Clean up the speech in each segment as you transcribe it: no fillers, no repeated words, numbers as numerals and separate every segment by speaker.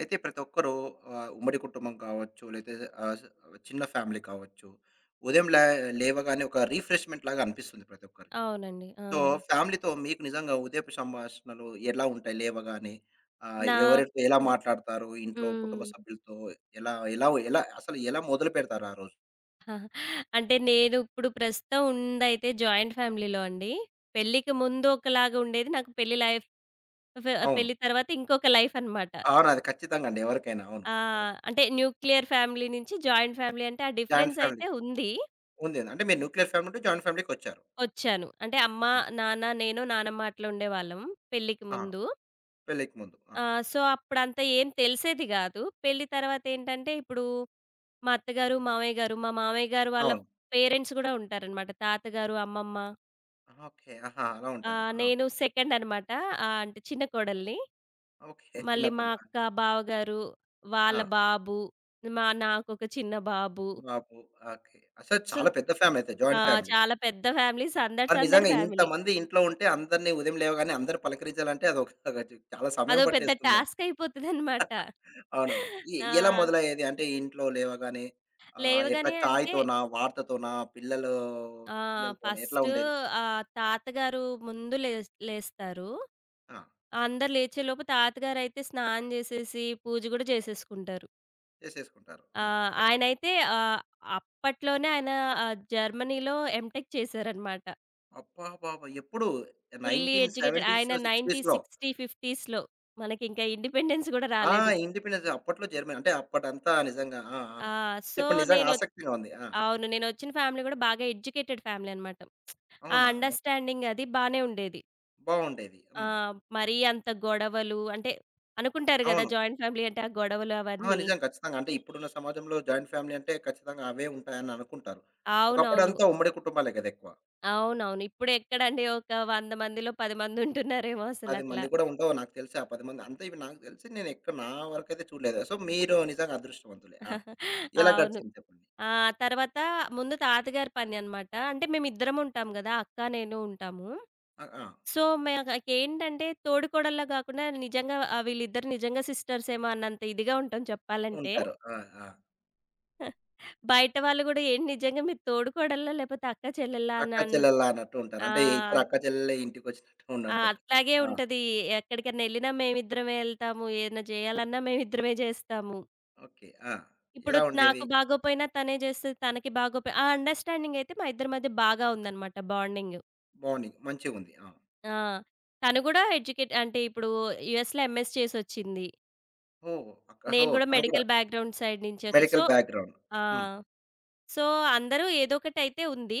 Speaker 1: అయితే ప్రతి ఒక్కరు ఉమ్మడి కుటుంబం కావచ్చు, లేతే ఆహ్, స చిన్న ఫ్యామిలీ కావచ్చు. ఉదయం లే లేవగానే ఒక రిఫ్రెష్‌మెంట్ లాగా అనిపిస్తుంది ప్రతి ఒక్కరికి.
Speaker 2: అవునండి. ఆ!
Speaker 1: సో, ఫ్యామిలీతో మీకు నిజంగా ఉదయపు సంభాషణలు ఎలా ఉంటాయి లేవగానే?
Speaker 2: నాకు
Speaker 1: ఎవరితో ఎలా మాట్లాడతారు? ఇంట్లో కుటుంబ
Speaker 2: హ్మ్.
Speaker 1: సభ్యులతో ఎలా ఎలా ఎలా అసలు ఎలా మొదలు పెడతారు ఆ రోజు?
Speaker 2: అంటే నేను ఇప్పుడు ప్రస్తుతం ఉందైతే జాయింట్ ఫ్యామిలీలో అండి. పెళ్ళికి ముందు ఒకలాగా ఉండేది. నాకు పెళ్లి లైఫ్ ఫ్
Speaker 1: అవును.
Speaker 2: పెళ్లి తర్వాత ఇంకొక లైఫ్ అనమాట.
Speaker 1: అవును. అది ఖచ్చితంగా అండి. ఎవరికైనా అవును.
Speaker 2: ఆ!
Speaker 1: కరెక్ట్.
Speaker 2: అంటే న్యూక్లియర్ ఫ్యామిలీ నుంచి జాయింట్ ఫ్యామిలీ అంటే ఆ
Speaker 1: జాయింట్
Speaker 2: డిఫరెన్స్
Speaker 1: ఫ్యామిలీ
Speaker 2: అయితే ఉంది.
Speaker 1: ఉంది. అంటే మీరు న్యూక్లియర్ ఫ్యామిలీ నుండి జాయింట్ ఫ్యామిలీకొచ్చారు.
Speaker 2: వచ్చాను. అంటే అమ్మ,
Speaker 1: ఆ!
Speaker 2: నాన్న, నేను, నానమ్మ అట్లా ఉండేవాళ్ళం పెళ్ళికి
Speaker 1: ఆ!
Speaker 2: ముందు.
Speaker 1: పెళ్ళికి ముందు. ఆ!
Speaker 2: సో, అప్పుడంతా ఏం తెలిసేది గాదు. పెళ్లి తర్వాతేంటంటే ఇప్పుడు మా అత్తగారు, మామయ్య గారు, మా మామయ్య గారు వాళ్ళ
Speaker 1: అవును.
Speaker 2: పేరెంట్స్ గూడా ఉంటారనమాట. తాతగారు, అమ్మమ్మ.
Speaker 1: ఆహా, ఓకే. ఆహా! అలా ఉంటారా? ఆ!
Speaker 2: నేను సెకండ్ అనమాట. అంటే చిన్న కోడలిని.
Speaker 1: ఓకే. చిన్న
Speaker 2: మళ్ళీ మా
Speaker 1: కొడుకా?
Speaker 2: అక్క, బావగారు, వాళ్ళ
Speaker 1: ఆ!
Speaker 2: బాబు, మా నాకొక చిన్న బాబు.
Speaker 1: బాబు. ఓకే. అసలు
Speaker 2: సో,
Speaker 1: చాలా పెద్ద ఫ్యామిలీ అయితే.
Speaker 2: ఆ!
Speaker 1: Joint family.
Speaker 2: చాలా పెద్ద ఫ్యామిలీ. సందడి
Speaker 1: మరి
Speaker 2: సందడి
Speaker 1: నిజంగా
Speaker 2: ఫ్యామిలీ.
Speaker 1: ఇంతమంది ఇంట్లో ఉంటే అందరిని ఉదయం లేవగానే అందరూ పలకరించాలంటే అదొక చాలా సమయం
Speaker 2: అదో పెద్ద
Speaker 1: పట్టేస్తుందేమో.
Speaker 2: టాస్క్ అయిపోతదనమాట.
Speaker 1: అవునవును.
Speaker 2: ఆ!
Speaker 1: ఎలా మొదలయ్యేది? అంటే ఇంట్లో లేవగానే ఎట్లా
Speaker 2: లేవగానే అంటే
Speaker 1: చాయ్‌తోనా? వార్తతోనా?
Speaker 2: ఆ!
Speaker 1: పిల్లలతోనా? ఎట్లా
Speaker 2: ఫస్టు
Speaker 1: ఉండేది?
Speaker 2: తాతగారు ముందు లేస్తారు.
Speaker 1: ఆ!
Speaker 2: అందరూ లేచేలోపు తాతగారైతే స్నానం జేసేసి, పూజ గూడా జేసేసుకుంటారు.
Speaker 1: చేసేసుకుంటారు. హ్మ్.
Speaker 2: ఆహ్, ఆయనైతే ఆహ్, అప్పట్లోనే ఆయన జర్మనీలో ఎంటెక్ చేశారనమాట.
Speaker 1: అబ్బబ్బబ్బా! ఎప్పుడు
Speaker 2: ఫుల్లీ ఎడ్యుకేటెడ్.
Speaker 1: 1970స్,
Speaker 2: ఆయన
Speaker 1: 60స్‌లో
Speaker 2: 1960, 50స్‌లో మనకింకా ఇండిపెండెన్స్ గూడా
Speaker 1: ఆ!
Speaker 2: రాలేదు.
Speaker 1: ఇండిపెండెన్స్ అప్పట్లో జర్మనీ అంటే అప్పటంతా నిజంగా ఆ! ఆ!
Speaker 2: ఆ! సో,
Speaker 1: చెప్పండి. నిజంగా
Speaker 2: నేనొ
Speaker 1: ఆసక్తిగా ఉంది. ఆ!
Speaker 2: అవును. నేనొచ్చిన ఫ్యామిలీ గూడా బాగా ఎడ్యుకేటెడ్ ఫ్యామిలీ అనమాట. ఆ
Speaker 1: అవునా! ఓకే.
Speaker 2: అండర్‌స్టాండింగ్ అది బానే ఉండేది.
Speaker 1: బావుండేది.
Speaker 2: ఆ!
Speaker 1: హ్మ్.
Speaker 2: మరీ అంత గొడవలు అంటే, అనుకుంటారు గదా!
Speaker 1: అవును.
Speaker 2: జాయింట్ ఫ్యామిలీ అంటే ఆ గొడవలు
Speaker 1: ఆ!
Speaker 2: అవన్నీ.
Speaker 1: నిజం ఖచ్చితంగా. అంటే ఇప్పుడున్న సమాజంలో జాయింట్ ఫ్యామిలీ అంటే ఖచ్చితంగా అవే ఉంటాయని అనుకుంటారు.
Speaker 2: అవునవును.
Speaker 1: ఒకప్పుడంతా ఉమ్మడి కుటుంబాలే గదా! ఎక్కువ.
Speaker 2: అవునవును. ఇప్పుడెక్కడండి ఒక 100 మందిలో 10 మందుంటున్నారేమో
Speaker 1: 10
Speaker 2: అసలట్లా.
Speaker 1: మంది కూడా ఉండవు నాకు తెలిసి. ఆ 10 మంది అంతే ఇవి నాకు తెలిసి నేను ఎక్కడ నా వరకైతే చూడలేదు. సో, మీరు నిజంగా అదృష్టవంతులే. ఆ! ఎలా
Speaker 2: అవును.
Speaker 1: గడిచింది చెప్పండి?
Speaker 2: ఆ! తర్వాత ముందు తాతగారి పని అనమాట. అంటే మేమిద్దరం ఉంటాం గదా! అక్క, నేను ఉంటాము.
Speaker 1: ఆ! ఆ!
Speaker 2: సో, మాకేంటంటే తోడికోడల్లా గాకుండా నిజంగా వీళ్ళిద్దరు నిజంగా సిస్టర్సేమో అన్నంత ఇదిగా ఉంటాం చెప్పాలంటే.
Speaker 1: ఉంటారు. ఆ! ఆ!
Speaker 2: బయట వాళ్ళు గూడా ఏంటి నిజంగా మీరు తోడికోడళ్ళా? లేపోతే అక్క చెల్లెల్లా?
Speaker 1: అక్క
Speaker 2: అని
Speaker 1: చెల్లెల్లా అన్నట్టు ఉంటారు.
Speaker 2: ఆ!
Speaker 1: అంటే ఇద్దరు అక్క చెల్లెలే ఇంటికొచ్చినట్టు
Speaker 2: ఆ!
Speaker 1: ఉండంటారు.
Speaker 2: అట్లాగే
Speaker 1: ఆ!
Speaker 2: ఉంటది. ఎక్కడికన్నా ఎళ్ళినా మేమిద్దరమే ఎళ్తాము. ఏదైనా జేయాలన్నా మేమిద్దరమే జేస్తాము.
Speaker 1: ఓకే. ఆ!
Speaker 2: ఇప్పుడు
Speaker 1: ఎలా ఉండేది?
Speaker 2: నాకు బాగోపోయినా తనే జేస్తది. తనకి బాగోపోయి ఆ అండర్‌స్టాండింగ్ అయితే మా ఇద్దరి మధ్య బాగా ఉందన్నమాట బాండింగ్.
Speaker 1: మార్నింగ్ మంచిగుంది. ఆ!
Speaker 2: ఆ! తను గూడా ఎడ్యుకేట్ అంటే ఇప్పుడు యూఎస్‌లో ఎంఎస్ చేసొచ్చింది.
Speaker 1: ఓహ్! అక్క
Speaker 2: నేను
Speaker 1: ఓహ్!
Speaker 2: గూడా
Speaker 1: తను కూడా
Speaker 2: మెడికల్ బ్యాక్‌గ్రౌండ్ సైడ్ నుంచి వచ్చా. So,
Speaker 1: medical background.
Speaker 2: ఆ!
Speaker 1: హ్మ్.
Speaker 2: సో, అందరూ ఏదో ఒకటైతే ఉంది.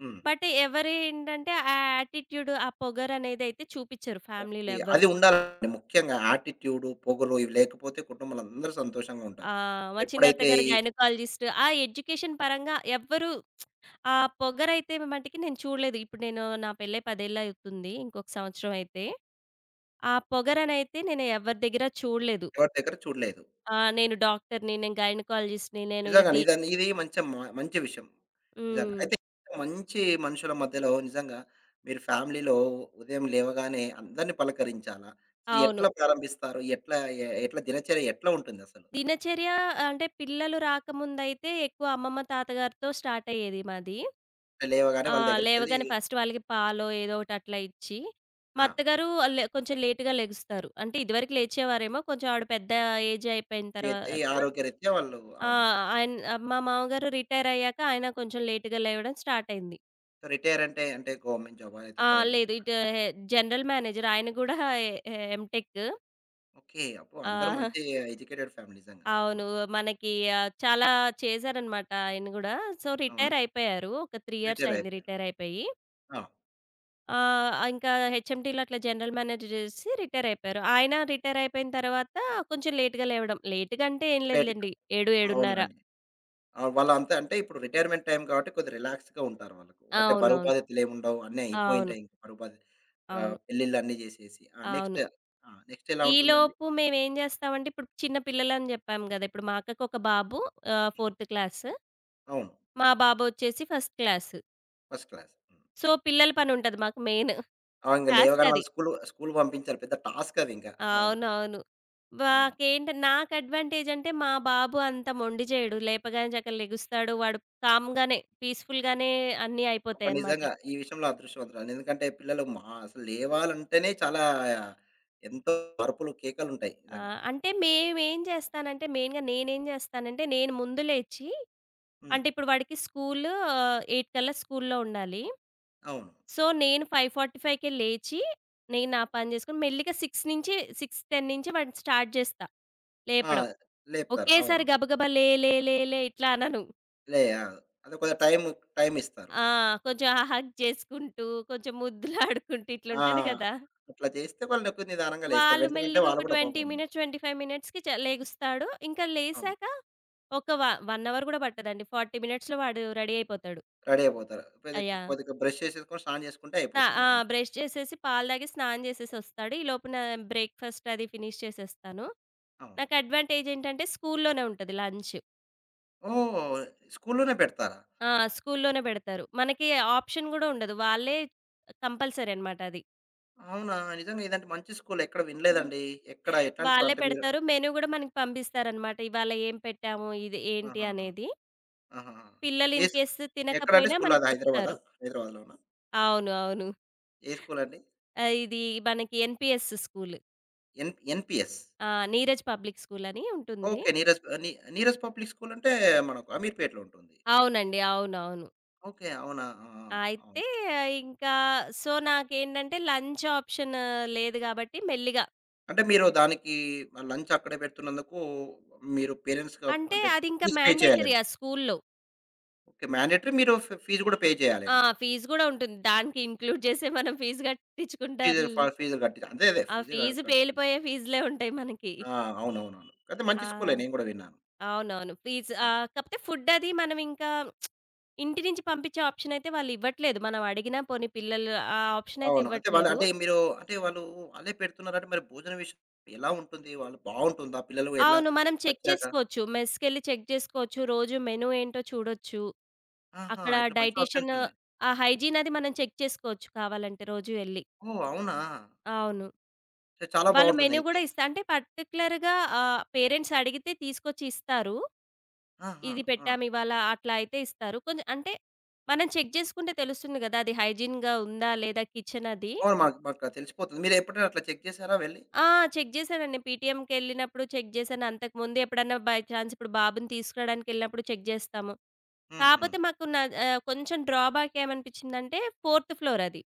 Speaker 1: హ్మ్.
Speaker 2: బట్ ఎవరేంటంటే ఆ యాటిట్యూడ్, ఆ పొగరనేదైతే చూపిచ్చరు ఫ్యామిలీలో
Speaker 1: ఓకే.
Speaker 2: ఎవ్వరు.
Speaker 1: అది ఉండాలండి ముఖ్యంగా యాటిట్యూడు, పొగరు ఇవి లేకపోతే కుటుంబంలోందరూ సంతోషంగా ఉంటారు.
Speaker 2: ఆ! మా
Speaker 1: ఎప్పుడైతే
Speaker 2: చిన్నత్తగారు
Speaker 1: ఈ
Speaker 2: గైనకాలజిస్ట్. ఆ ఎడ్యుకేషన్ పరంగా ఎవ్వరు ఆ పొగరైతే మటికి నేను చూడలేదు. ఇప్పుడు నేను నా పెళ్ళై 10 ఏళ్ళు అవుతుంది. ఇంకొక సంవత్సరం అయితే. ఆ పొగరనైతే నేను ఎవరి దగ్గర చూడలేదు.
Speaker 1: ఎవరి దగ్గర చూడలేదు.
Speaker 2: ఆ! నేను డాక్టర్‌ని, నేను గైనకాలజిస్ట్‌ని, నేను
Speaker 1: నిజంగానే
Speaker 2: ఇది.
Speaker 1: ఇదని ఇది మంచి మంచి విషయం. నిజంగా.
Speaker 2: హ్మ్.
Speaker 1: అయితే మంచి మనుషుల మధ్యలో నిజంగా మీరు ఫ్యామిలీలో ఉదయం లేవగానే అందరిని పలకరించాలా?
Speaker 2: అవును.
Speaker 1: ఎట్లా ప్రారంభిస్తారు? ఎట్లా ఎట్లా దినచర్య ఎట్లా ఉంటుందసలు?
Speaker 2: దినచర్య అంటే పిల్లలు రాకముందయితే ఎక్కువ అమ్మమ్మ, తాతగారితో స్టార్ట్ అయ్యేది మాది.
Speaker 1: లేవగానే
Speaker 2: ఆ!
Speaker 1: వాళ్ళ దగ్గరికెళ్ళి
Speaker 2: లేవగానే ఫస్ట్ వాళ్ళకి పాలో ఏదో ఒకటి అట్లా ఇచ్చి, మా
Speaker 1: ఆ!
Speaker 2: అత్తగారు కొంచెం లేట్‌గా లెగుస్తారు. అంటే ఇదివరకు లేచేవారేమో, కొంచెం ఆవిడ పెద్ద ఏజ్ అయిపోయిన
Speaker 1: ఈ
Speaker 2: తర్వాత.
Speaker 1: ఆరోగ్యరీత్యా వాళ్ళు
Speaker 2: ఆ!
Speaker 1: అవును.
Speaker 2: ఆయన మా మామగారు రిటైర్ అయ్యాక ఆయన కొంచెం లేట్‌గా లేవడం స్టార్ట్ అయింది.
Speaker 1: రిటైర్ అంటే, అంటే గవర్నమెంట్ జాబా? అయితే
Speaker 2: ఆ!
Speaker 1: ప్రైవేట్
Speaker 2: లేదు ఇటు హె జనరల్ మేనేజర్ ఆయన కూడా ఎ ఎంటెక్.
Speaker 1: ఓకే. అబ్బో! అందరూ
Speaker 2: ఆ!
Speaker 1: మంచి ఎడ్యుకేటెడ్ ఫ్యామిలీ నిజంగా.
Speaker 2: అవును.
Speaker 1: అవును.
Speaker 2: మనకి చాలా చేశారనమాట ఆయన గూడా. సో,
Speaker 1: అవునా?
Speaker 2: రిటైర్ అయిపోయారు. ఒక 3 ఇయర్స్
Speaker 1: రిటైర్
Speaker 2: అయింది
Speaker 1: అయిపోయారు.
Speaker 2: రిటైర్ అయిపోయి.
Speaker 1: ఆ!
Speaker 2: ఆ! ఇంకా హెచ్ఎండీలో అట్లా జనరల్ మేనేజర్ చేసి రిటైర్ అయిపోయారు. ఆయన రిటైర్ అయిపోయిన తర్వాత కొంచెం లేట్‌గా లేవడం. లేట్‌గా అంటే ఏం
Speaker 1: బయటకి
Speaker 2: లేదులెండి. 7, 7:30.
Speaker 1: అవునులెండి. ఆ! వాళ్ళంతా అంటే ఇప్పుడు రిటైర్మెంట్ టైమ్ కాబట్టి కొద్దిగా రిలాక్స్‌గా ఉంటారు వాళ్ళకు. అంటే బరువు
Speaker 2: అవునవును.
Speaker 1: బాధ్యతలేముండవు. అన్నీ
Speaker 2: అవును.
Speaker 1: అయిపోయుంటాయి ఇంక బరువు బాధ్యత
Speaker 2: అవును.
Speaker 1: పెళ్ళిళ్ళన్నీ జేసేసి. ఆ! నెక్స్ట్
Speaker 2: అవును.
Speaker 1: ఆ! నెక్స్ట్ ఎలా ఉంటుందండి?
Speaker 2: ఈలోపు మేమేం చేస్తామంటే ఇప్పుడు చిన్న పిల్లలని చెప్పాము గదా! ఇప్పుడు మా అక్కకు ఒక బాబు ఫోర్త్ క్లాస్.
Speaker 1: అవును.
Speaker 2: మా బాబు వచ్చేసి ఫస్ట్ క్లాస్.
Speaker 1: First class. హ్మ్.
Speaker 2: సో, పిల్లల పని ఉంటది మాకు మెయిన్
Speaker 1: ఆ! ఇంగ
Speaker 2: టాస్క్
Speaker 1: లేవగానే
Speaker 2: అది.
Speaker 1: వాళ్ళు స్కూలు స్కూలు పంపించాలి. పెద్ద టాస్క్ అదింక. అవును.
Speaker 2: అవునవును.
Speaker 1: అవును.
Speaker 2: మాకేంట నాకు అడ్వాంటేజ్ అంటే మా బాబు అంత మొండి చేయడు. లేపగానే చక్కగా లెగుస్తాడు. వాడు కామ్‌గానే పీస్‌ఫుల్‌గానే అన్నీ
Speaker 1: అబ్బా!
Speaker 2: అయిపోతాయన్నమాట.
Speaker 1: నిజంగా ఈ విషయంలో అదృష్టవంతురాలు. ఎందుకంటే పిల్లలు మా అసలు లేవాలంటేనే చాలా ఎంతో అరుపులు, కేకలుంటాయి నిజంగా.
Speaker 2: ఆహ్, అంటే మేమేం చేస్తానంటే మెయిన్‌గా నేనేం చేస్తానంటే నేను ముందు లేచి
Speaker 1: హ్మ్.
Speaker 2: అంటే ఇప్పుడు వాడికి స్కూలు 8 కల్లా స్కూల్లో ఉండాలి.
Speaker 1: అవును.
Speaker 2: సో, నేను 5:45కే లేచి నేను నా పని చేసుకొని మెల్లిగా 6 నుంచి 6:10 నుంచి వాడిని స్టార్ట్ చేస్తా
Speaker 1: ఆ!
Speaker 2: లేపడం.
Speaker 1: లేపుతారు.
Speaker 2: ఒకేసారి
Speaker 1: అవును.
Speaker 2: గబగబా లే లే లే లే ఇట్లా అనను.
Speaker 1: లే ఆ! అదే కొద్దిగా టైమ్ ఇస్తారు.
Speaker 2: ఆ! కొంచెం హగ్ చేసుకుంటూ, కొంచెం ముద్దులాడుకుంటూ
Speaker 1: ఆ!
Speaker 2: ఇట్లుంటది గదా!
Speaker 1: అట్లా చేస్తే వాళ్ళకి నిదానంగా లేస్తారు.
Speaker 2: వాళ్ళు
Speaker 1: వెంట వెంటనే
Speaker 2: మెల్లిగా ఒక
Speaker 1: వాళ్ళు కూడా
Speaker 2: 20
Speaker 1: పాపం
Speaker 2: మినిట్స్, 25 మినిట్స్‌కి లెగుస్తాడు. ఇంకా
Speaker 1: అవును.
Speaker 2: లేసాక ఒక వ 1 అవర్ గూడా పట్టదండి. 40 మినిట్స్‌లో వాడు రెడీ అయిపోతాడు.
Speaker 1: రెడీ అయిపోతారు.
Speaker 2: ఆ!
Speaker 1: కొద్దిగా
Speaker 2: యాహ్!
Speaker 1: కొద్దిగా బ్రష్ చేసేసుకొని స్నానం చేసుకుంటే అయిపోతుంది
Speaker 2: ఆ!
Speaker 1: అంతే.
Speaker 2: బ్రష్ చేసేసి, పాలు తాగి, స్నానం చేసేసొస్తాడు. ఈ లోపున బ్రేక్‌ఫాస్ట్ అది ఫినిష్ చేసేస్తాను.
Speaker 1: అవును.
Speaker 2: నాకు అడ్వాంటేజ్ ఏంటంటే స్కూల్లోనే ఉంటది లంచ్.
Speaker 1: ఓహ్! స్కూల్లోనే పెడతారా?
Speaker 2: ఆ! స్కూల్లోనే పెడతారు. మనకి ఆప్షన్ గూడా ఉండదు. వాళ్ళే కంపల్సరీ అన్నమాట అది.
Speaker 1: అవునా! నిజంగా ఇలాంటి మంచి స్కూల్ ఎక్కడ వినలేదండి. ఎక్కడ ఎట్లాంటి
Speaker 2: వాళ్ళే
Speaker 1: ప్రాంతం మీరు
Speaker 2: పెడతారు. మెనూ గూడా మనకి పంపిస్తారనమాట. ఇవాళ ఏం పెట్టాము, ఇది ఏంటి
Speaker 1: ఆహాహా!
Speaker 2: అనేది.
Speaker 1: ఆహాహా!
Speaker 2: పిల్లలు
Speaker 1: ఏ
Speaker 2: ఇన్
Speaker 1: స్కూ
Speaker 2: కేస్
Speaker 1: ఎక్కడంటే
Speaker 2: తినకపోయినా
Speaker 1: స్కూల్
Speaker 2: మనకు
Speaker 1: అది హైదరాబాదా?
Speaker 2: చెప్తారు.
Speaker 1: హైదరాబాద్‌లోనా?
Speaker 2: అవును. అవును.
Speaker 1: ఏ స్కూల్ అండి?
Speaker 2: ఇది మనకి ఎన్‌పీఎస్ స్కూల్.
Speaker 1: ఎన్‌పిఎస్.
Speaker 2: ఆ! నీరజ్ పబ్లిక్ స్కూల్ అని ఉంటుంది.
Speaker 1: ఓకే. నీరజ్ పబ్లిక్ స్కూల్ అంటే మనకు అమీర్పేటలో ఉంటుంది.
Speaker 2: అవునండి. అవునవును.
Speaker 1: ఓకే. అవునా! ఆ! ఆ! అవును.
Speaker 2: అయితే ఆ, ఇంకా సో, నాకేంటంటే లంచ్ ఆప్షన్ లేదు గాబట్టి మెల్లిగా
Speaker 1: అంటే మీరు దానికి లంచ్ అక్కడే పెడుతున్నందుకు మీరు పేరెంట్స్‌గా
Speaker 2: అంటే
Speaker 1: అంటే
Speaker 2: అది ఇంకా
Speaker 1: ఫీజ్ పే
Speaker 2: మ్యాండేటరీ
Speaker 1: చేయాలేమో.
Speaker 2: ఆ స్కూల్‌లో.
Speaker 1: ఓకే. మ్యాండేటరీ మీరు ఫీజ్ కూడా పే
Speaker 2: ఆ!
Speaker 1: చేయాలేమో.
Speaker 2: ఫీజు గూడా ఉంటుంది. దానికి ఇంక్లూడ్ చేసే మనం ఫీజు
Speaker 1: ఫీజులు
Speaker 2: కట్టించుకుంటారు.
Speaker 1: ఫ ఫీజులు కట్టి అదే అదే
Speaker 2: ఆ
Speaker 1: ఫీజు
Speaker 2: ఫీజు
Speaker 1: కట్టుకుంటారు.
Speaker 2: పేలిపోయే ఫీజులే ఉంటాయి మనకి.
Speaker 1: ఆ! అవునవునవును. అయితే
Speaker 2: ఆ!
Speaker 1: మంచి స్కూలే నేను కూడా విన్నాను.
Speaker 2: అవునవును. ఫీజ్
Speaker 1: అవును.
Speaker 2: కాపోతే ఫుడ్డది మనమింకా ఇంటి నుంచి పంపించే ఆప్షనయితే వాళ్ళివ్వట్లేదు. మనం అడిగినా పోనీ పిల్లలు ఆ ఆప్షనయితే
Speaker 1: అవును. అంటే వాళ్ళు
Speaker 2: ఇవ్వట్లేదు.
Speaker 1: అంటే మీరు అంటే వాళ్ళు వాళ్ళే పెడుతున్నారంటే మరి భోజనం విషయం ఎలా ఉంటుంది? వాళ్ళు బావుంటుందా? పిల్లలు ఎలా
Speaker 2: అవును. మనం చెక్
Speaker 1: వచ్చాక
Speaker 2: చేసుకోవచ్చు. మెస్‌కెళ్ళి చెక్ చేసుకోవచ్చు. రోజు మెను ఏంటో చూడొచ్చు.
Speaker 1: ఆహా!
Speaker 2: అక్కడ
Speaker 1: ఇట్లా మంచి ఆప్షన్స్
Speaker 2: డైటీషియన్
Speaker 1: ఉన్నాయి.
Speaker 2: ఆ హైజీనది మనం చెక్ చేసుకోవచ్చు కావాలంటే రోజు ఎళ్లి.
Speaker 1: ఓహ్! అవునా!
Speaker 2: అవును.
Speaker 1: అంటే చాలా
Speaker 2: వాళ్ళు మెను
Speaker 1: బావుంటుందయితే.
Speaker 2: గూడా ఇస్తా అంటే పర్టిక్యులర్‌గా పేరెంట్స్ అడిగితే తీసుకొచ్చి ఇస్తారు.
Speaker 1: ఆ! ఆ!
Speaker 2: ఇది
Speaker 1: ఆ!
Speaker 2: పెట్టామివాళ అట్లా అయితే ఇస్తారు. కొంచెం అంటే మనం చెక్ చేసుకుంటే తెలుస్తుంది గదా! అది హైజీన్‌గా ఉందా? లేదా? కిచెన్ అది.
Speaker 1: అవును. మాకు మాకు తెలిసిపోతుంది. మీరు ఎప్పుడైనా అట్లా చెక్ చేసారా వెళ్లి?
Speaker 2: ఆ! చెక్ చేశానండి. పీటీఎంకెళ్ళినప్పుడు చెక్ చేశాను. అంతకుముందు ఎప్పుడన్నా బై చాన్స్ ఇప్పుడు బాబుని తీసుకురావడానికెళ్ళినప్పుడు చెక్ జేస్తాము.
Speaker 1: హుహు.
Speaker 2: కాపోతే కొంచెం డ్రాబ్యాక్ ఏమనిపించిందంటే, ఫోర్త్ ఫ్లోర్ అది.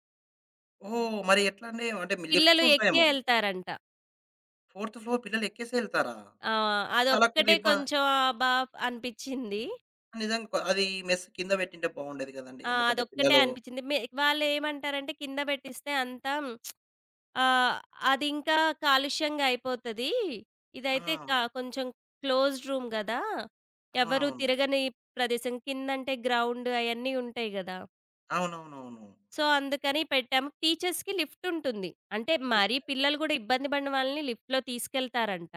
Speaker 1: ఓహ్! మరి ఎట్లండి? అంటే మీ లిఫ్ట్స్
Speaker 2: పిల్లలు
Speaker 1: ఉంటాయేమో గదా!
Speaker 2: ఎళ్తారంట.
Speaker 1: ఫోర్త్ ఫ్లోర్ పిల్లలు ఎక్కేసే ఎళ్తారా?
Speaker 2: ఆ!
Speaker 1: చాలా
Speaker 2: అదొక్కటే
Speaker 1: కొద్దిగా ఇబ్బ
Speaker 2: కొంచెం అబ్బా! అనిపిచ్చింది.
Speaker 1: నిజంగా కొ- అది మెస్ కింద పెట్టింటే బావుండేది గదండీ.
Speaker 2: ఆ!
Speaker 1: ఎందుకంటే
Speaker 2: అదొక్కటే
Speaker 1: పిల్లలు
Speaker 2: అనిపిచ్చింది. వాళ్ళేమంటారంటే కింద పెట్టిస్తే అంతా ఆ! అదింకా కాలుష్యంగా అయిపోతది.
Speaker 1: ఆ!
Speaker 2: ఇదైతే క కొంచెం క్లోజ్డ్ రూమ్ గదా! ఎవరు
Speaker 1: అవునవును.
Speaker 2: తిరగని ప్రదేశం. కిందంటే గ్రౌండ్ అయన్నీ ఉంటాయి గదా!
Speaker 1: అవునవునవును.
Speaker 2: సో, అందుకని పెట్టాము. టీచర్స్‌కి లిఫ్టుంటుంది. అంటే
Speaker 1: టి
Speaker 2: మరీ పిల్లలు గూడా ఇబ్బంది పడిన వాళ్ళని లిఫ్ట్‌లో తీసుకెళ్తారంట.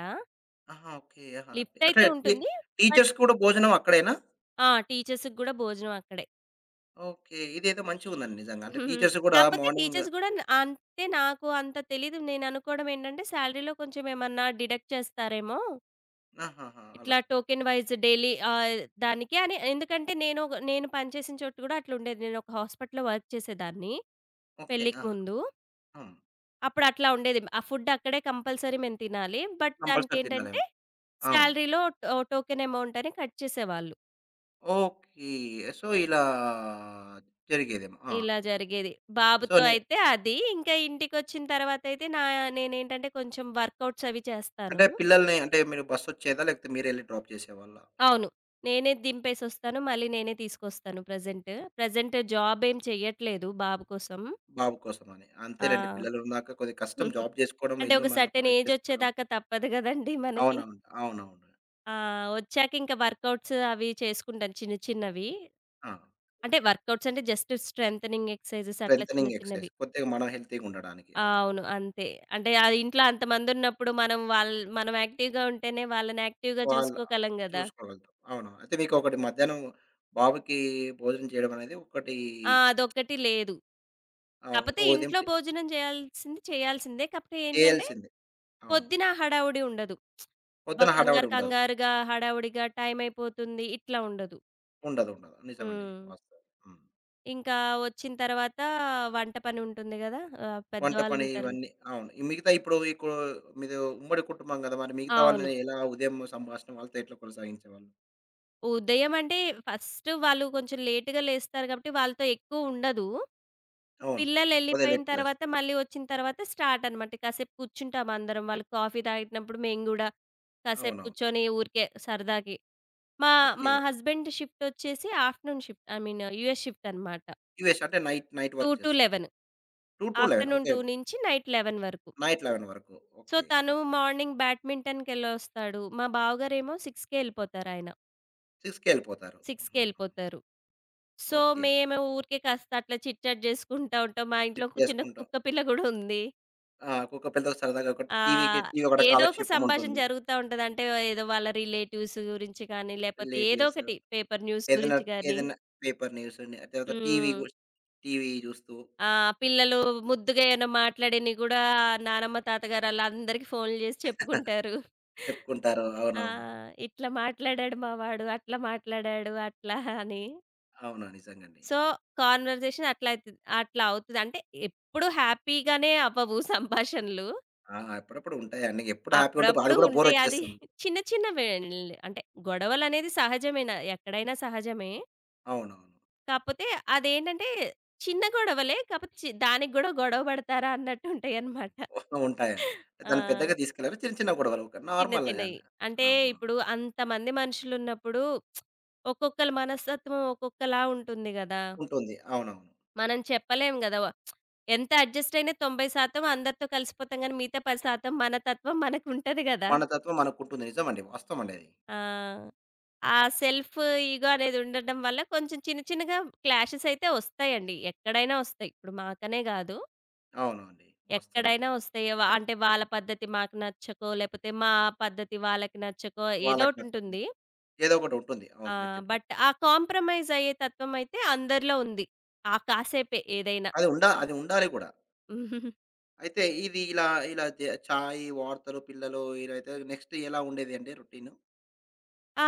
Speaker 1: ఆహా! ఓకే. ఆహా! టీ- అంటే
Speaker 2: లిఫ్టయితే
Speaker 1: టీ
Speaker 2: ఉంటుంది. బట్
Speaker 1: టీచర్స్ కూడా భోజనం అక్కడేనా?
Speaker 2: ఆ! టీచర్స్‌కి గూడా భోజనం అక్కడే.
Speaker 1: ఓకే. ఇదేదో మంచిగుందండి నిజంగా. అంటే టీచర్స్ గూడా
Speaker 2: కాపోతే
Speaker 1: మార్నింగ్
Speaker 2: టీచర్స్ గూడా అంటే నాకు అంత తెలీదు. నేననుకోవడం ఏంటంటే, సాలరీలో కొంచెం ఏమన్నా డిడక్ట్ చేస్తారేమో
Speaker 1: ఆహాహా! అలా.
Speaker 2: ఇట్లా టోకెన్ వైస్ డైలీ దానికి అని ఎందుకంటే నేను పనిచేసిన చోటు కూడా అట్లుండేది. నేనొక హాస్పిటల్‌లో వర్క్ చేసేదాన్ని
Speaker 1: ఓకే.
Speaker 2: పెళ్ళికి
Speaker 1: ఆహా!
Speaker 2: ముందు.
Speaker 1: హ్మ్.
Speaker 2: అప్పుడు అట్లా ఉండేది. ఆ ఫుడ్ అక్కడే కంపల్సరీ మేము తినాలి. బట్
Speaker 1: కంపల్సరీ
Speaker 2: దానికేంటంటే
Speaker 1: తినాలేమో. అవును.
Speaker 2: సాలరీలో టోకెన్ అమౌంట్ అని కట్ చేసేవాళ్ళు.
Speaker 1: ఓకే. సో, ఇలా జరిగేదేమో. ఆ!
Speaker 2: ఇలా జరిగేది.
Speaker 1: సో,
Speaker 2: బాబుతో
Speaker 1: నే
Speaker 2: అయితే అది. ఇంకా ఇంటికొచ్చిన తర్వాతయితే నేనేంటంటే కొంచెం వర్కౌట్స్ అవి చేస్తాను.
Speaker 1: అంటే పిల్లల్ని అంటే మీరు బస్సొచ్చేదా? లేకపోతే మీరెళ్లి డ్రాప్ చేసేవాళ్ళా?
Speaker 2: అవును. నేనే దింపేసొస్తాను. మళ్ళీ నేనే తీసుకొస్తాను ప్రెజెంట్. ప్రెజెంట్ జాబ్ ఏం చెయ్యట్లేదు బాబు కోసం.
Speaker 1: బాబు కోసమని.
Speaker 2: ఆ!
Speaker 1: అంతేనండి. పిల్లలున్నాక కొద్దిగా కష్టం జాబ్ జేసుకోవడం,
Speaker 2: అంటే
Speaker 1: ఇల్లు
Speaker 2: ఒక సెర్టైన్
Speaker 1: మేనేజ్ చేసుకోవడం.
Speaker 2: ఏజొచ్చేదాకా తప్పదు గదండీ మనకి.
Speaker 1: అవునవును. అవునవును.
Speaker 2: ఆ! ఒచ్చాక ఇంకా వర్కౌట్స్ అవి చేసుకుంటాను చిన్న చిన్నవి.
Speaker 1: ఆ!
Speaker 2: అంటే వర్కౌట్స్ అంటే జస్ట్ స్ట్రెంథెనింగ్ ఎక్సర్‌సైజెస్ అట్లా చిన్న
Speaker 1: స్ట్రెంథెనింగ్ ఎక్సర్‌సైజ్.
Speaker 2: చిన్నవి.
Speaker 1: కొద్దిగా మనం హెల్తీగుండడానికి.
Speaker 2: ఆ!
Speaker 1: అవును.
Speaker 2: అవును. అంతే. అంటే అది ఇంట్లో అంతమందున్నప్పుడు మనం యాక్టివ్‌గా ఉంటేనే వాళ్ళని యాక్టివ్‌గా
Speaker 1: వాళ్ళ
Speaker 2: చూసుకోగలం గదా!
Speaker 1: చూసుకోగలుగుతాం. అవును. అయితే మీకొకటి మధ్యాహ్నం బాబుకి భోజనం చేయడం అనేది ఒకటి
Speaker 2: ఆ! అదొక్కటి లేదు.
Speaker 1: అవును. ఒక
Speaker 2: కాపోతే
Speaker 1: ఉదయం
Speaker 2: ఇంట్లో
Speaker 1: చే
Speaker 2: భోజనం చేయాల్సింది చేయాల్సిందే. కాపోతే ఏంటంటే
Speaker 1: చేయాల్సిందే. అవును.
Speaker 2: పొద్దున హడావుడి ఉండదు.
Speaker 1: పొద్దున హడావిడి
Speaker 2: కంగారు
Speaker 1: ఉండదు.
Speaker 2: కంగారుగా, హడావుడిగా టైం అయిపోతుంది ఇట్లా ఉండదు.
Speaker 1: ఉండదు. ఉండదు. నిజమండి.
Speaker 2: హ్మ్.
Speaker 1: వాస్తవం. హ్మ్.
Speaker 2: ఇంకా వచ్చిన తర్వాత వంట పని ఉంటుంది గదా!
Speaker 1: వంట పని
Speaker 2: పెద్దవాళ్ళుంటారు గదా!
Speaker 1: ఇవన్నీ. అవును. ఈ మిగతా ఇప్పుడు ఇకు మీది ఉమ్మడి కుటుంబం గదా! మరి మిగతా
Speaker 2: అవును.
Speaker 1: వాళ్ళని ఎలా ఉదయం సంభాషణ వాళ్ళతో ఎట్లా కొనసాగించేవాళ్ళు?
Speaker 2: ఉదయం అంటే ఫస్ట్ వాళ్ళు కొంచెం లేట్‌గా లేస్తారు గాబట్టి వాళ్ళతో ఎక్కువ ఉండదు.
Speaker 1: అవును.
Speaker 2: పిల్లలెళ్ళిపోయిన
Speaker 1: వదిలేట్ ప్లస్.
Speaker 2: తర్వాత మళ్ళీ వచ్చిన తర్వాత స్టార్ట్ అనమాట. కాసేపు కూర్చుంటాం అందరం. వాళ్ళు కాఫీ తాగినప్పుడు మేము గూడా కాసేపు
Speaker 1: అవునవును.
Speaker 2: కూర్చొని ఊరికే సరదాకి. మా
Speaker 1: ఓకే.
Speaker 2: మా హస్బెండ్ షిఫ్ట్ వచ్చేసి afternoon shift I mean US shift అనమాట.
Speaker 1: యూఎస్ అంటే నైట్ నైట్ వర్క్ చేస్తారు.
Speaker 2: 2-11
Speaker 1: 2-11
Speaker 2: ఆఫ్టర్‌నూన్
Speaker 1: ఓకే.
Speaker 2: 2 నుంచి నైట్ 11 వరకు.
Speaker 1: నైట్ 11 వరకు.
Speaker 2: So,
Speaker 1: okay.
Speaker 2: తను
Speaker 1: ఆహా!
Speaker 2: మార్నింగ్ బ్యాడ్మింటన్‌కెళ్ళొస్తాడు. మా బావగారేమో 6కే ఎళ్ళిపోతారాయన.
Speaker 1: 6కెళ్ళిపోతారు.
Speaker 2: 6కే
Speaker 1: హుహుహు.
Speaker 2: ఎళ్ళిపోతారు. So,
Speaker 1: okay.
Speaker 2: మేము ఊరికే కాస్త అట్లా చిట్‌చాట్ జేసుకుంటా ఉంటాం. మా ఇంట్లో
Speaker 1: చిట్
Speaker 2: ఒక చిన్న
Speaker 1: చేసుకుంటాం.
Speaker 2: కుక్క పిల్ల గూడా ఉంది.
Speaker 1: ఆ! కుక్కపిల్లతో సరదాగా ఒకటి టీవీకి
Speaker 2: ఆహ్,
Speaker 1: టీవీ ఒకటి
Speaker 2: ఏదో ఒక
Speaker 1: కాలక్షేపం
Speaker 2: సంభాషణ
Speaker 1: ఉంటుంది.
Speaker 2: జరుగుతా ఉంటది. అంటే ఏదో వాళ్ళ రిలేటివ్స్ గురించి కానీ, లేపోతే ఏదో
Speaker 1: రిలేటివ్స్
Speaker 2: ఒకటి పేపర్ న్యూస్
Speaker 1: ఏదైనా
Speaker 2: గురించి గానీ.
Speaker 1: ఏదైనా పేపర్ న్యూస్, తర్వాత టీవీ
Speaker 2: హ్మ్.
Speaker 1: గూస్ టీవీ జూస్తూ
Speaker 2: ఆ! పిల్లలు ముద్దుగా ఏమైనా మాట్లాడినయి గూడా నానమ్మ, తాతగారు ఆళ్ళందరికీ ఫోన్లు జేసి చెప్పుకుంటారు.
Speaker 1: చెప్పుకుంటారు.
Speaker 2: ఆ!
Speaker 1: అవునవును.
Speaker 2: ఇట్లా మాట్లాడాడు మా వాడు, అట్లా మాట్లాడాడు అట్లా అని.
Speaker 1: అవును. నిజంగండి.
Speaker 2: సో, కాన్వర్జేషన్ అట్లా అయితది. అట్లా అవుతది. అంటే ఎప్పుడు హ్యాపీగానే అవ్వవు సంభాషణలు.
Speaker 1: ఆ! అప్పుడప్పుడు ఉంటాయండి. ఎప్పుడు హ్యాపీగా ఉంటే బాధ
Speaker 2: అప్పుడప్పుడు
Speaker 1: కూడా
Speaker 2: ఉంటాయి. అది
Speaker 1: బోరొచ్చేస్తుంది.
Speaker 2: చిన్న చిన్నవేండి. అంటే గొడవలనేది సహజమేన ఎక్కడైనా సహజమే.
Speaker 1: అవునవును.
Speaker 2: కాపోతే అదేంటంటే చిన్న గొడవలే. కాపోతే దానికి గూడా గొడవ పడతారా అన్నట్టు ఉంటాయన్నమాట.
Speaker 1: ఉంటాయి. దాన్ని పెద్దగా
Speaker 2: ఆ!
Speaker 1: తీసుకెళ్లరు. చిన్న చిన్న గొడవలు ఒక
Speaker 2: చిన్న
Speaker 1: నార్మల్
Speaker 2: చిన్నయి.
Speaker 1: అన్
Speaker 2: అంటే
Speaker 1: అవును.
Speaker 2: ఇప్పుడు అంతమంది మనుషులున్నప్పుడు ఒక్కొక్కళ్ళ మనస్తత్వం ఒక్కొక్కలా ఉంటుంది గదా!
Speaker 1: ఉంటుంది. అవునవును.
Speaker 2: మనం చెప్పలేం గదా! ఎంత అడ్జస్ట్ అయినా 90% అందరితో కలిసిపోతాం గానీ, మిగతా 10% మన తత్వం మనకుంటది గదా!
Speaker 1: మన తత్వం మనకుంటుంది. నిజమండి. వాస్తవం అండి అది.
Speaker 2: ఆ! ఆ సెల్ఫ్ ఇగో అనేది ఉండడం వల్ల కొంచెం చిన్న చిన్నగా క్లాషెస్ అయితే వస్తాయండి. ఎక్కడైనా వస్తాయి. ఇప్పుడు మాకనే గాదు.
Speaker 1: అవునండి. వాస్తవమే
Speaker 2: ఎక్కడైనా
Speaker 1: అది.
Speaker 2: వస్తాయి. అంటే వాళ్ళ పద్ధతి మాకు నచ్చకో, లేపోతే మా పద్ధతి వాళ్ళకి నచ్చకో
Speaker 1: వాళ్ళకి నచ్చదు.
Speaker 2: ఏదోకటుంటుంది.
Speaker 1: ఏదో ఒకటి ఉంటుంది. అవును.
Speaker 2: ఆ!
Speaker 1: మీరు చెప్పినట్టు.
Speaker 2: బట్ ఆ కాంప్రమైజ్ అయ్యే తత్వం అయితే అందరిలో ఉంది. ఆ కాసేపే ఏదైనా.
Speaker 1: అది ఉండా అది ఉండాలి కూడా. అయితే ఇది ఇలా ఇలా జ చాయి, వార్తలు, పిల్లలు ఇదైతే నెక్స్ట్ ఎలా ఉండేదండి రొటీను?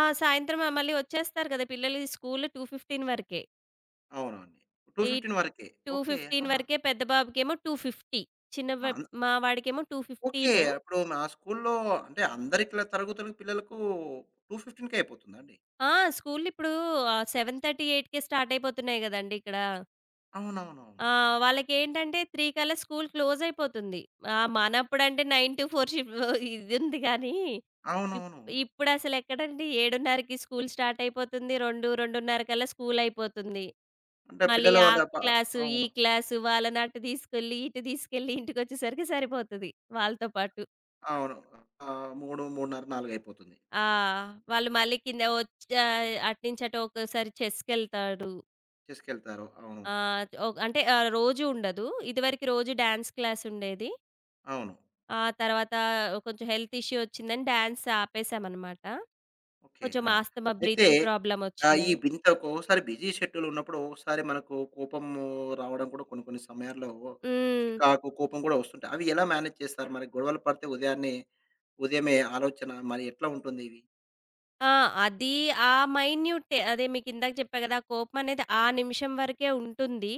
Speaker 2: ఆ! సాయంత్రం మళ్ళీ వచ్చేస్తారు కదా! పిల్లలు ఈ స్కూలు 2:15 వరకే.
Speaker 1: అవునండి.
Speaker 2: ఈ
Speaker 1: 2:15 వరకే. ఓకే. ఆ!
Speaker 2: 2:15 వరకే పెద్ద బాబుకేమో 2:50. చిన్న
Speaker 1: ఆ!
Speaker 2: బ మా వాడికేమో
Speaker 1: ఓకే.
Speaker 2: 2:15.
Speaker 1: అప్పుడు మా స్కూల్లో అంటే అందరి క్లా తరగతులకు పిల్లలకు 2:15 అయిపోతుందా అండి?
Speaker 2: ఆ! స్కూలిప్పుడు 7:30, 8కే స్టార్ట్ అయిపోతున్నాయి గదండీ ఇక్కడ.
Speaker 1: అవునవునవును.
Speaker 2: ఆ! వాళ్ళకేంటంటే 3 కల్లా స్కూల్ క్లోజ్ అయిపోతుంది. మనప్పుడంటే 9-4 ఇదుంది గానీ, ఇప్
Speaker 1: అవునవును.
Speaker 2: ఇప్పుడసలెక్కడండి 7:30కి స్కూల్ స్టార్ట్ అయిపోతుంది. 2, 2:30 కల్లా స్కూల్ అయిపోతుంది.
Speaker 1: అంటే
Speaker 2: మళ్ళీ
Speaker 1: పిల్లలు
Speaker 2: ఆ
Speaker 1: అంటే ప
Speaker 2: క్లాసు, ఈ
Speaker 1: అవును.
Speaker 2: క్లాసు వాళ్ళనటు తీసుకెళ్ళి, ఇటు తీసుకెళ్ళి ఇంటికొచ్చేసరికి సరిపోతది వాళ్ళతో పాటు.
Speaker 1: అవును. 3, 3:30, 4 అయిపోతుంది.
Speaker 2: ఆ! వాళ్ళు మళ్ళీ కింద అటునుంచి అటు ఒక్కోసారి చెస్‌కెళ్తాడు.
Speaker 1: తీసుకెళ్తారు. అవును.
Speaker 2: ఆహ్, ఒ అంటే ఆహ్, రోజు ఉండదు. ఇదివరకు రోజు డాన్స్ క్లాసుండేది.
Speaker 1: అవును.
Speaker 2: ఆ తర్వాత కొంచెం హెల్త్ ఇష్యూ వచ్చిందని డాన్స్ ఆపేసామనమాట.
Speaker 1: ఓకే.
Speaker 2: కొంచెం
Speaker 1: ఆ!
Speaker 2: ఆస్తమా,
Speaker 1: అయితే
Speaker 2: బ్రీతింగ్ ప్రాబ్లమ్
Speaker 1: ఈ
Speaker 2: వచ్చిందని.
Speaker 1: ఇంత ఒక్కోసారి బిజీ షెడ్యూల్ ఉన్నప్పుడు ఒక్కోసారి మనకు కోపము రావడం కూడా కొన్ని కొన్ని సమయాల్లో
Speaker 2: హ్మ్.
Speaker 1: చికాకు, కోపం కూడా వస్తుంటాయి. అవి ఎలా మేనేజ్ చేస్తారు? మరి గొడవలు పడితే ఉదయాన్నే ఉదయమే ఆలోచన మరి ఎట్లా ఉంటుంది ఇవి?
Speaker 2: ఆ! అది ఆ మైన్యూటే అదే మీకిందాక చెప్పా గదా! ఆ కోపం అనేది ఆ నిమిషం వరకే ఉంటుంది.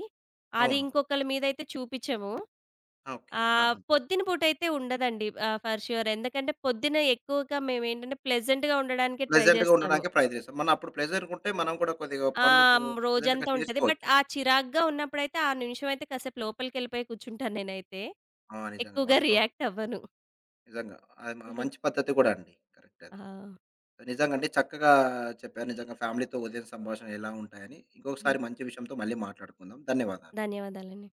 Speaker 2: అది
Speaker 1: అవును.
Speaker 2: ఇంకొకళ్ళ మీదయితే చూపిచ్చము.
Speaker 1: ఓకే. ఆహా!
Speaker 2: పొద్దున పూటయితే ఉండదండి. For sure. ఎందుకంటే పొద్దున ఎక్కువగా మేమేంటంటే ప్లెజెంట్‌గా ఉండడానికే ట్రై
Speaker 1: ప్లెజెంట్‌గా
Speaker 2: జేస్తాము.
Speaker 1: ఉండడానికే ప్రయత్నిస్తాం. మనం అప్పుడు ప్లెజెంట్‌గా ఉంటే మనం కూడా కొద్దిగా
Speaker 2: ఆ!
Speaker 1: పనులు కు
Speaker 2: హ్మ్.
Speaker 1: ప్లెజెంట్‌గా
Speaker 2: రోజంతా ఉంటది. బట్
Speaker 1: చేసుకోవచ్చు.
Speaker 2: ఆ చిరాగ్గా ఉన్నప్పుడైతే ఆ నిమిషం అయితే కాసేపు లోపలికెళ్ళిపోయి కూర్చుంటాను నేనైతే.
Speaker 1: ఆ! నిజంగా
Speaker 2: ఎక్కువగా
Speaker 1: వాస్తవం.
Speaker 2: రియాక్ట్ అవ్వను.
Speaker 1: నిజంగా. అది మంచి పద్ధతి కూడా అండి. కరెక్ట్
Speaker 2: ఆ!
Speaker 1: అది. నిజంగా అండి. చక్కగా చెప్పారు. నిజంగా ఫ్యామిలీతో ఉదయం సంభాషణ ఎలా ఉంటాయని.
Speaker 2: హ్మ్.
Speaker 1: ఇంకొకసారి మంచి విషయంతో మళ్ళీ మాట్లాడుకుందాం. ధన్యవాదాలు.
Speaker 2: ధన్యవాదాలండి.